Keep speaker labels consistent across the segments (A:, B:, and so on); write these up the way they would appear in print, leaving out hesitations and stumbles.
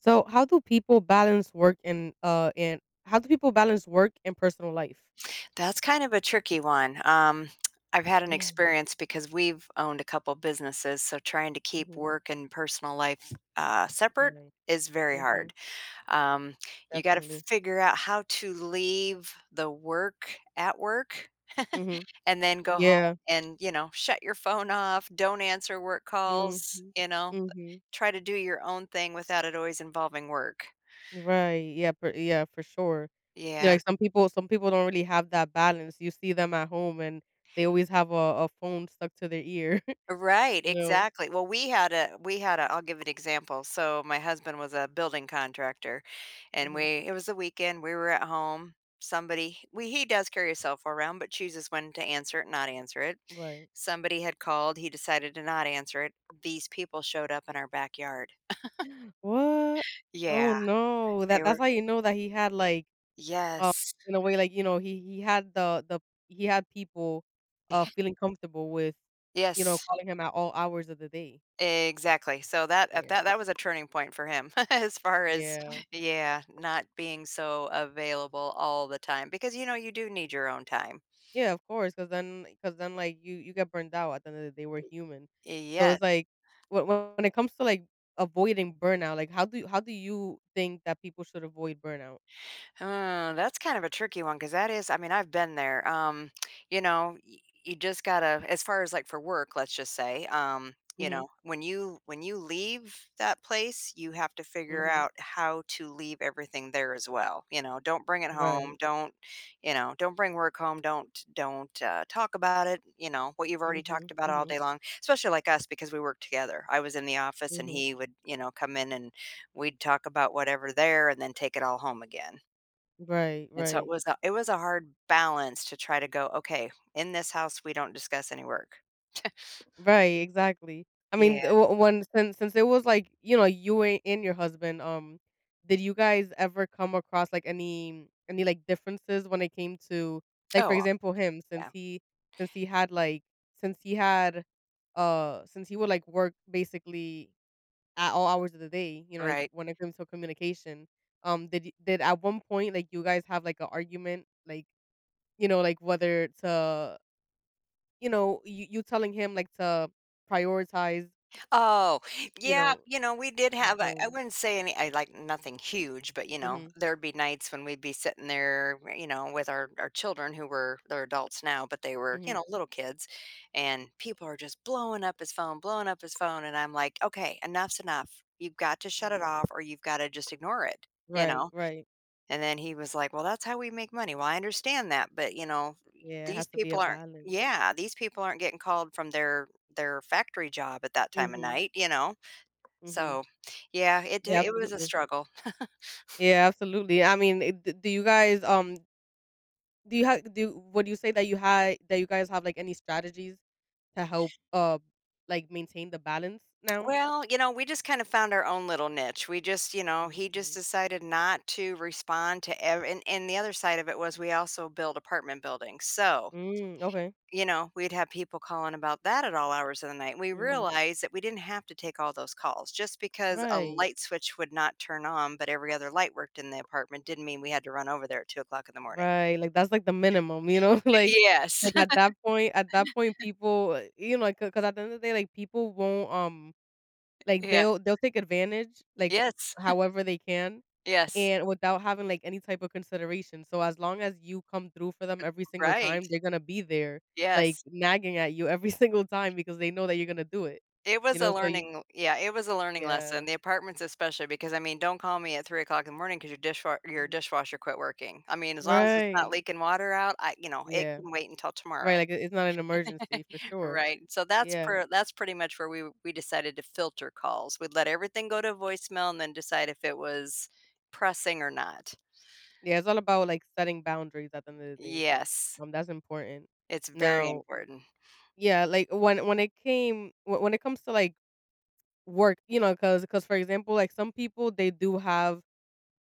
A: So, how do people balance work and how do people balance work and personal life?
B: That's kind of a tricky one. I've had an
A: Yeah.
B: experience because we've owned a couple businesses, so trying to keep
A: Mhm.
B: work and personal life separate
A: Right.
B: is very
A: Mhm.
B: hard. Um, you got to
A: Definitely.
B: figure out how to leave the work at work
A: Mhm.
B: and then go home
A: Yeah.
B: and, shut your phone off, don't answer work
A: Mhm.
B: calls,
A: Mhm.
B: try to do your own thing without it always involving work.
A: Right. Yeah. Yeah. For sure. Yeah.
B: Yeah.
A: Like some people don't really have that balance. You see them at home, and they always have a phone stuck to their ear. You
B: Right,
A: know.
B: exactly. Well, we had a I'll give an example. So my husband was a building contractor and we
A: Mhm.
B: it was the weekend, we were at home. Somebody we he does carry his cell phone around, but chooses when to answer it, and not answer it.
A: Right.
B: Somebody had called, he decided to not answer it. These people showed up in our backyard.
A: What? Oh
B: Yeah,
A: no. That
B: they
A: that's
B: were
A: how you know that he had like Uh,
B: yes.
A: in a way, like, you know, he had the he had people, feeling comfortable with, you know,
B: Yes.
A: calling him at all hours of the day.
B: Exactly. So that at
A: Yeah.
B: that that was a turning point for him as far as,
A: Yeah.
B: yeah, not being so available all the time because you know you do need your own time.
A: Yeah, of course, because then, like, you get burned out at the end of the day, we're human. So
B: Yes.
A: it's like, when it comes to, like, avoiding burnout, like, how do you think that people should avoid burnout?
B: That's kind of a tricky one because that is, I mean, I've been there. You know, y- you just gotta, as far as like for work, let's just say,
A: Mhm,
B: when you leave that place, you have to figure
A: mhm.
B: out how to leave everything there as well. Don't bring it home.
A: Right.
B: Don't, you know, don't bring work home. Don't talk about it. You know what you've already
A: Mhm,
B: talked about all
A: mhm,
B: day long. Especially like us because we work together. I was in the office and
A: mhm.
B: he would, come in and we'd talk about whatever there and then take it all home again
A: Right,
B: and so it
A: right.
B: was a it was a hard balance to try to go, "Okay, in this house, we don't discuss any work."
A: Right, exactly. I mean,
B: Yeah.
A: the o when since it was, like, you know, you a and your husband, did you guys ever come across, like, any, like, differences when it came to like, for
B: Oh,
A: example, him,
B: yeah.
A: since he had, like since he had, since he would, like, work basically at all hours of the day, you know, like,
B: Right.
A: when it comes to communication, did at one point, like, you guys have, like, an argument, like, you know, like, whether to you know, you telling him, like, to prioritize,
B: Oh,
A: you
B: yeah,
A: know,
B: we did
A: at
B: have I
A: home.
B: wouldn't say any I like, nothing huge, but,
A: Mhm,
B: there'd be nights when we'd be sitting there, with our children who were they're adults now, but they were,
A: mhm.
B: little kids, and people are just blowing up his phone, blowing up his phone, and I'm like, "Okay, enough's enough. You've got to shut it
A: Right.
B: off or you've gotta just ignore it." You
A: Right,
B: know?
A: right.
B: And then he was like, "Well, that's how we make money." Well, I understand that, but,
A: Yeah, it
B: these
A: has to be a
B: people aren't,
A: balance.
B: yeah, these people aren't getting called from their factory job at that time of
A: Mhm,
B: night, you know?
A: mhm.
B: So, yeah, it
A: Yeah,
B: it was a
A: absolutely.
B: struggle.
A: Yeah, absolutely. I mean, d do you guys, do would you say that you had that you guys have, like, any strategies to help, like, maintain the balance now?
B: Well, we just kind of found our own little niche. We just, he just
A: Mhm.
B: decided not to respond to ev and the other side of it was we also build apartment buildings. So
A: Mm, okay.
B: we'd have people calling about that at all hours of the night. We
A: Mhm.
B: realized that we didn't have to take all those calls. Just because a
A: Right.
B: light switch would not turn on, but every other light worked in the apartment didn't mean we had to run over there at 2 o'clock in the morning.
A: Right, like, that's, like, the minimum, you know? Like
B: Yes.
A: like, at that point at that point, people, you know, like because at the end of the day, like, people won't, like,
B: Yeah.
A: they'll take advantage, like,
B: Yes.
A: however they can
B: Yes.
A: and without having, like, any type of consideration, so as long as you come through for them every single
B: Right.
A: time, they're gonna be there, like,
B: Yes.
A: nagging at you every single time because they know that you're gonna do it,
B: It
A: you
B: was a
A: know? So you
B: learning Yeah, it was a learning
A: Yeah.
B: lesson. The apartments especially because, I mean, don't call me at 3 o'clock in the morning because your dishwa your
A: Mhm.
B: dishwasher quit working. I mean, as long as it's not
A: Right.
B: leaking water out, it
A: Yeah.
B: can wait until
A: Right,
B: tomorrow.
A: like, it's not an emergency for sure.
B: Right, so that's
A: Yeah.
B: per that's pretty much where we decided to filter calls. We'd let everything go to voicemail and then decide if it was pressing or not.
A: Yeah, it's all about, like, setting boundaries at the end of the day.
B: Yes,
A: That's important.
B: it's very
A: Now,
B: important.
A: yeah, like, when it comes to, like, work, you know, cause for example, like, some people, they do have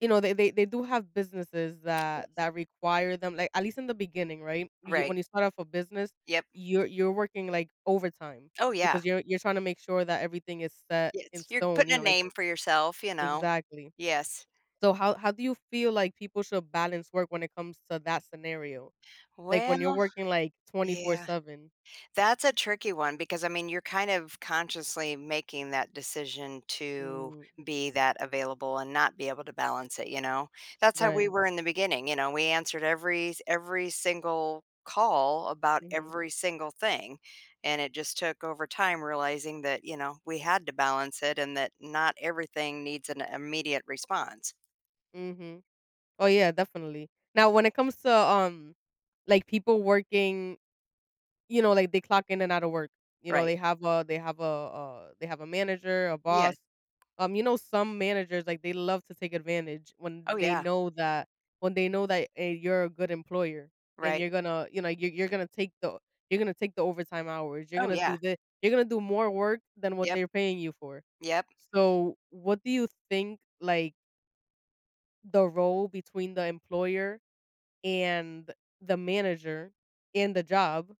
A: you know, they do have businesses that
B: Yes.
A: that require them like, at least in the beginning, right? You
B: Right,
A: When you start off a business,
B: yep.
A: you're working, like, overtime
B: Oh, yeah.
A: because you're trying to make sure that everything is set in
B: Yes, you're
A: stone,
B: putting
A: you know,
B: a
A: like,
B: name for yourself.
A: exactly.
B: Yes.
A: So how do you feel like people should balance work when it comes to that scenario? Like, when you're
B: Well,
A: working, like,
B: yeah.
A: 24/7.
B: That's a tricky one because, I mean, you're kind of consciously making that decision to
A: Mm,
B: be that available and not be able to balance it, you know? That's how we
A: right.
B: were in the beginning, we answered every single call about
A: Mhm,
B: every single thing, and it just took over time realizing that, we had to balance it and that not everything needs an immediate response.
A: mhm. Oh, yeah, definitely. Now, when it comes to, like, people working. You know, like, they clock in and out of work. You know,
B: Right.
A: they have a they have a manager, a
B: Yeah.
A: boss. You know, some managers, like, they love to take advantage when
B: Oh,
A: they
B: yeah.
A: know that when they know that, you're a good employer and
B: Right.
A: you know, you're gonna take the overtime hours.
B: Oh, yeah.
A: You're gonna do more work than what
B: Yep.
A: they're paying you for.
B: Yep.
A: So, what do you think, like, the role between the employer and the manager in the job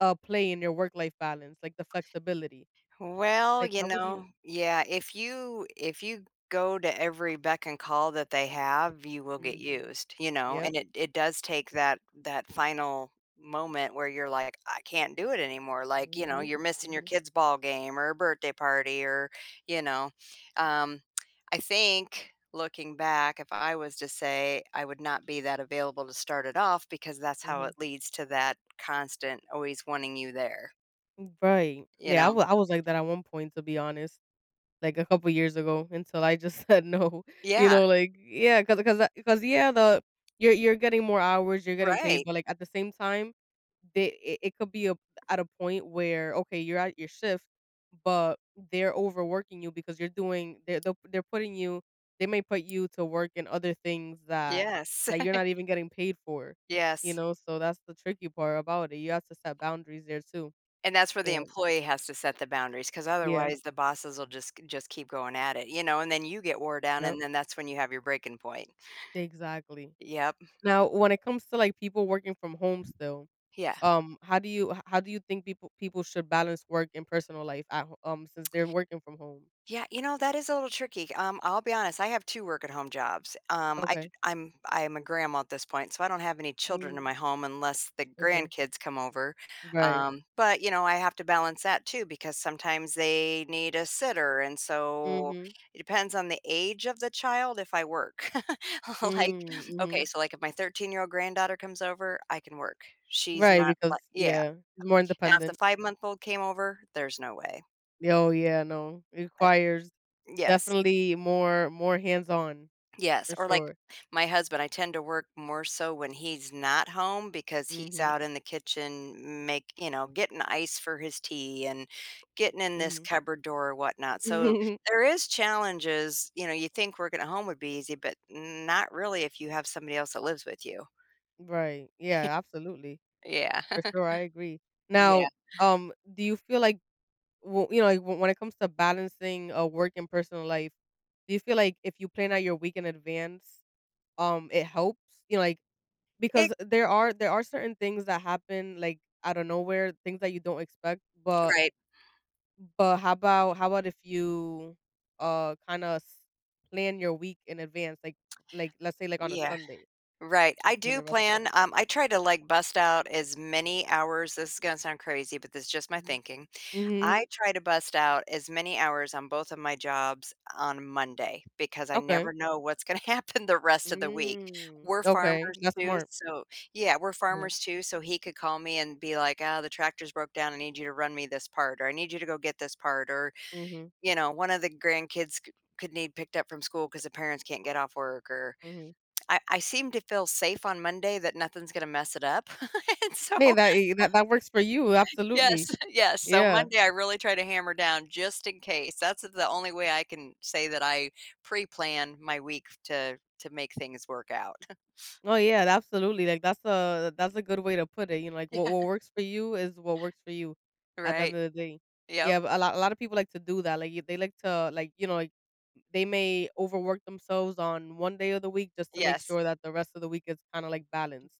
A: play in your work life balance, like the flexibility?
B: Well,
A: Like, how would you?
B: yeah, if you go to every beck and call that they have, you will get
A: Mhm.
B: used,
A: Yep.
B: and it does take that final moment where you're like, I can't do it anymore. Like,
A: Mhm.
B: you're missing your
A: Mhm.
B: kid's ball game or a birthday party or, you know, um, I think looking back, if I was to say, I would not be that available to start it off because that's how
A: Mhm.
B: it leads to that constant always wanting you there,
A: Right.
B: you
A: Yeah,
B: know?
A: I was like that at one point, to be honest. Like a couple years ago until I just said no, you
B: Yeah,
A: know, like, yeah, cause yeah, the you're getting more hours, you're getting paid,
B: right.
A: but like at the same time, they it could be at a point where okay, you're at your shift, but they're overworking you because you're doing they're putting you they may put you to work in other things that
B: Yes,
A: that you're not even getting paid for, you
B: yes,
A: know. So that's the tricky part about it. You have to set boundaries there too,
B: and that's where the
A: and
B: employee has to set the boundaries, because
A: yeah,
B: otherwise the bosses will just keep going at it, and then you get wore down,
A: yep,
B: and then that's when you have your breaking point.
A: exactly.
B: Yep,
A: Now, when it comes to, like, people working from home still,
B: yeah.
A: how do you h how do you think people should balance work and personal life at ho since they're working from home?
B: Yeah, that is a little tricky. I'll be honest, I have 2 work at home jobs. I d
A: Okay.
B: I'm a grandma at this point, so I don't have any children in
A: Mm,
B: my home unless the
A: okay.
B: grandkids come over.
A: Right.
B: But, I have to balance that too because sometimes they need a sitter, and so
A: Mhm.
B: it depends on the age of the child if I work. Like,
A: Mm,
B: okay,
A: mhm.
B: so, like, if my 13-year-old granddaughter comes over, I can work. She's
A: Right,
B: not
A: because
B: like yeah.
A: yeah, it's more
B: Now if the
A: independent.
B: 5-month-old came over, there's no way.
A: Oh, yeah, no, it
B: I
A: requires
B: Yes.
A: definitely more hands-on,
B: Yes,
A: for
B: or like
A: sure.
B: my husband, I tend to work more so when he's not home because he's
A: Mhm,
B: out in the kitchen getting ice for his tea and getting in this
A: mhm.
B: cupboard door or whatnot. So there is challenges, you think working at home would be easy, but not really if you have somebody else that lives with you.
A: Right. Yeah, absolutely.
B: Yeah.
A: For sure, I agree.
B: Yeah.
A: Now, do you feel like well, you know, like, when it comes to balancing, work and personal life, do you feel like if you plan out your week in advance, it helps? You know, like,
B: It
A: because there are certain things that happen, like, out of nowhere, things that you don't expect, but
B: Right.
A: how about if you, kinda plan your week in advance? Like, let's say, like, on a
B: Yeah.
A: Sunday,
B: Right.
A: you
B: I
A: plan
B: do
A: the rest of the
B: plan.
A: week.
B: I try to like bust out as many hours. This is gonna sound crazy, but this is just my
A: Mhm.
B: thinking. I
A: Mhm.
B: try to bust out as many hours on both of my jobs on Monday because I
A: Okay.
B: never know what's gonna happen the rest of the week.
A: Mm.
B: We're
A: Okay.
B: farmers
A: That's
B: too,
A: smart.
B: so Yeah, we're
A: Yeah.
B: farmers too, so he could call me and be like, "Oh, the tractor's broke down. I need you to run me this part," or, "I need you to go get this part," or,
A: Mhm.
B: one of the grandkids c could need picked up from school because the parents can't get off work, or
A: Mhm.
B: I seem to feel safe on Monday that nothing's gonna mess it up, and so
A: Hey, that eh, that that works for you, absolutely.
B: yes, yes, so
A: Yeah.
B: Monday, I really try to hammer down just in case. That's the only way I can say that I pre-plan my week to make things work out.
A: Oh, yeah, absolutely, like, that's a good way to put it, you know, like, what works for you is what works for you
B: Yeah,
A: at the end
B: right.
A: of the day.
B: Yep.
A: Yeah, but a lot of people like to do that, like, they like to, like, you know, like, they may overwork themselves on one day of the week just to make
B: Yes.
A: sure that the rest of the week is kinda, like, balanced,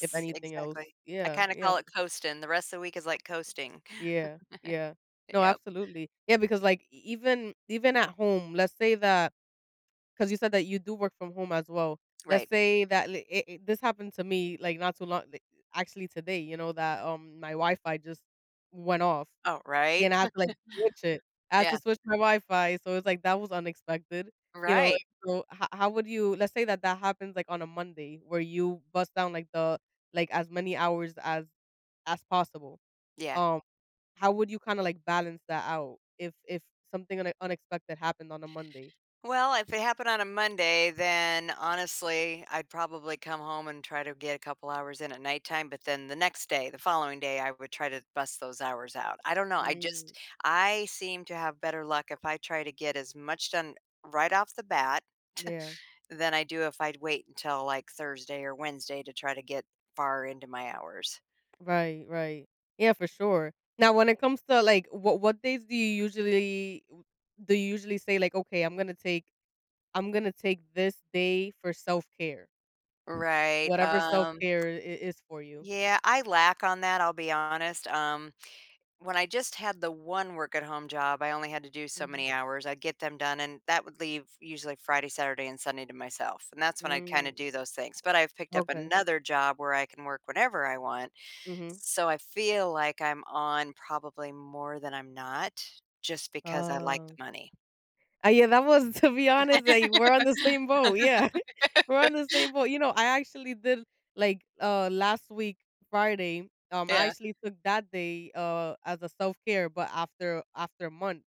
A: if anything else.
B: exactly. I
A: Yeah,
B: kinda
A: yeah,
B: call it coasting. The rest of the week is like coasting.
A: yeah, yeah. No,
B: Yep.
A: absolutely. Yeah, because, like, e even even at home, let's say that 'cause you said that you do work from home as well. Let's
B: Right.
A: say that li it it this happened to me, like, not too long, li actually today, you know, that, my Wi-Fi just went off,
B: Oh, right?
A: and I had to, like, switch it. I had to
B: Yeah.
A: switch my Wi-Fi, so it's like, that was unexpected, you know,
B: Right.
A: like, so how would you let's say that that happens, like, on a Monday where you bust down, like, the like, as many hours as possible.
B: Yeah.
A: Um, how would you kinda, like, balance that out if something unexpected happened on a Monday?
B: Well, if it happened on a Monday, then honestly, I'd probably come home and try to get a couple hours in at nighttime. But then the next day, the following day, I would try to bust those hours out. I don't know. I
A: Mm,
B: just, I seem to have better luck if I try to get as much done right off the bat
A: yeah.
B: than I do if I'd wait until like Thursday or Wednesday to try to get far into my hours.
A: Right, right. Yeah, for sure. Now, when it comes to like what days do you usually say like, okay, I'm gonna take this day for self care,
B: Right.
A: whatever self care is for you.
B: Yeah, I lack on that. I'll be honest. When I just had the one work at home job, I only had to do so
A: Hmm.
B: many hours. I'd get them done, and that would leave usually Friday, Saturday, and Sunday to myself. And that's when I'd kind
A: Mm,
B: of do those things. But I've picked up
A: okay.
B: another job where I can work whenever I want.
A: Mm-hmm.
B: So I feel like I'm on probably more than I'm not just because I like the
A: Oh.
B: money.
A: Yeah, that was to be honest, like, we're on the same boat, yeah. We're on the same boat. You know, I actually did like, last week, Friday, I
B: Yeah.
A: actually took that day, as a self-care, but after months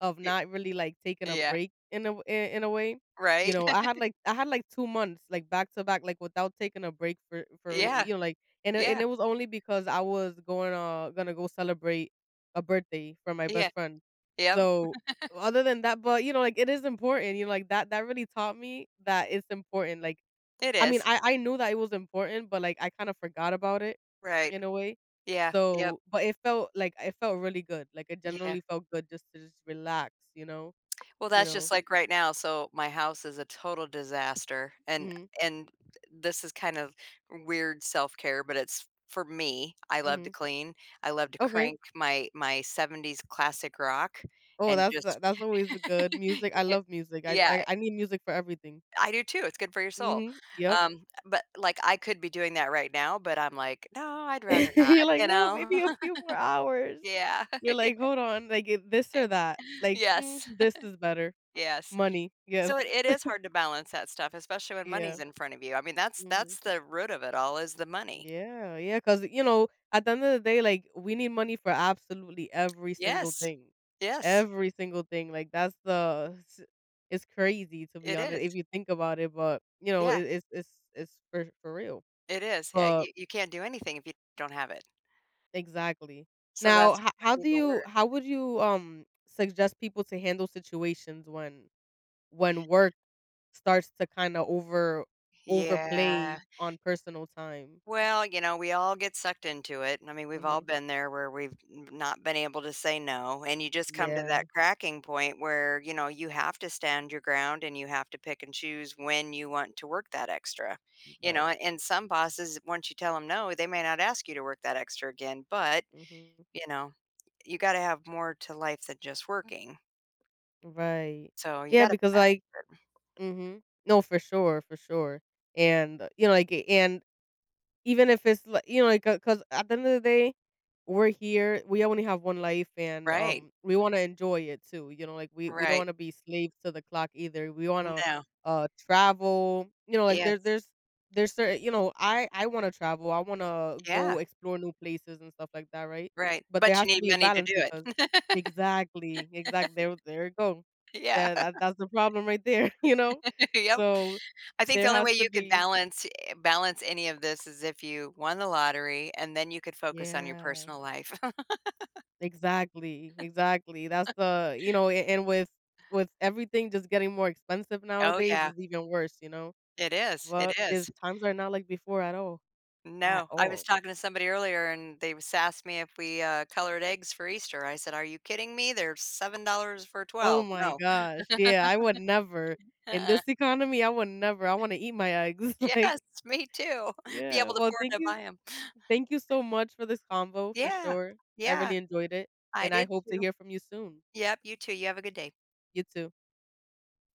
A: of
B: y-
A: not really, like, taking a
B: Yeah.
A: break in a way. You
B: Right.
A: know, I had, like, 2 months, like, back to back, like, without taking a break for real,
B: yeah.
A: you know, like, and it
B: Yeah.
A: and it was only because gonna go celebrate a birthday for my best
B: Yeah.
A: friend.
B: Yep.
A: So other than that but, you know, like, it is important, you know, like, that really taught me that it's important, like,
B: It
A: I mean,
B: is.
A: I knew that it was important, but, like, I kinda forgot about it
B: Right.
A: in a way.
B: Yeah. Yep.
A: So but it felt really good, like, it
B: Yeah.
A: generally felt good just to just relax, you know?
B: Well,
A: You
B: that's
A: know?
B: just like right now. So my house is a total disaster, and
A: Mhm.
B: and this is kind of weird self care, but it's for me. I love to
A: Mhm.
B: clean. I love to
A: Okay.
B: crank my 70s classic rock,
A: Oh,
B: and
A: that's
B: just
A: that's always a good music. I
B: yeah,
A: love music. I I
B: yeah,
A: I need music for everything.
B: I do too. It's good for your soul.
A: Mhm. Yep.
B: But like I could be doing that right now, but I'm like, no, I'd rather
A: You're
B: not.
A: like,
B: You
A: "No, maybe
B: know?
A: a few more hours."
B: Yeah.
A: You're like, "Hold on, like, it this or that." Like, "Mm,
B: Yes.
A: this is better."
B: Yes.
A: Money, yes.
B: So it is hard to balance that stuff, especially when
A: Yeah,
B: money's in front of you. I mean, that's
A: mhm.
B: that's the root of it all is the money.
A: Yeah, yeah, cause you know, at the end of the day, like, we need money for absolutely every single
B: Yes.
A: thing.
B: Yes,
A: Every single thing, like, that's the s it's crazy to be
B: it
A: honest
B: is.
A: if you think about it, but, you know, it
B: Yeah,
A: it's for real,
B: it is. Yeah,
A: but
B: you can't do anything if you don't have it.
A: exactly.
B: So
A: Now,
B: that's
A: ho
B: why
A: how do
B: people
A: you
B: work.
A: how would you, suggest people to handle situations when work starts to kinda
B: Yeah.
A: overplay on personal time?
B: Well, we all get sucked into it. I mean, we've all
A: Mhm.
B: mhm been there where we've not been able to say no. And you just come right to
A: Yeah,
B: that cracking point where, you have to stand your ground and you have to pick and choose when you want to work that extra.
A: right.
B: And some bosses, once you tell them no, they may not ask you to work that extra again. But,
A: Mhm.
B: you know, you got to have more to life than just working.
A: Right.
B: So you
A: Yeah,
B: got to,
A: because, like, Mhm. No, for sure, for sure. You know, like, and even if it's li you know, like, cause at the end of the day, we're here, we only have 1 life, and,
B: right,
A: we wanna enjoy it too, you know, like, we don't
B: right.
A: wanna be slaves to the clock either, we wanna,
B: No,
A: travel, you know, like, there
B: yes,
A: there's there's certain you know, I wanna travel, I wanna go
B: yeah,
A: explore new places and stuff like that, right?
B: right.
A: But there
B: But you
A: has to
B: need
A: be a
B: money to
A: balance
B: do
A: because
B: it.
A: exactly, exactly. There you go.
B: Yeah.
A: That's the problem right there, you know?
B: Yep.
A: So,
B: I think the
A: there
B: only
A: has
B: way
A: to
B: you could
A: be
B: balance any of this is if you won the lottery and then you could focus on your
A: yeah.
B: personal life.
A: Exactly, exactly. That's the You know, a and with everything just getting more expensive
B: Oh,
A: nowadays,
B: yeah.
A: is even worse, you know?
B: It is, it
A: But is
B: is.
A: times are not like before at all, at
B: No, I was
A: all.
B: talking to somebody earlier and they was asked me if we, colored eggs for Easter. I said, "Are you kidding me? They're $7 for
A: Oh
B: 12."
A: my
B: No.
A: gosh, yeah, I would never. In
B: Uh-uh.
A: this economy, I would never. I wanna eat my eggs, like,
B: Yes, me too. Be
A: yeah.
B: able to
A: Well,
B: afford
A: thank
B: to
A: you
B: buy them.
A: thank you so much for this convo, for
B: Yeah.
A: sure. I
B: Yeah,
A: really enjoyed it,
B: I
A: and I
B: did
A: hope to
B: too.
A: hear from you soon.
B: Yep, you too. You have a good day.
A: You too.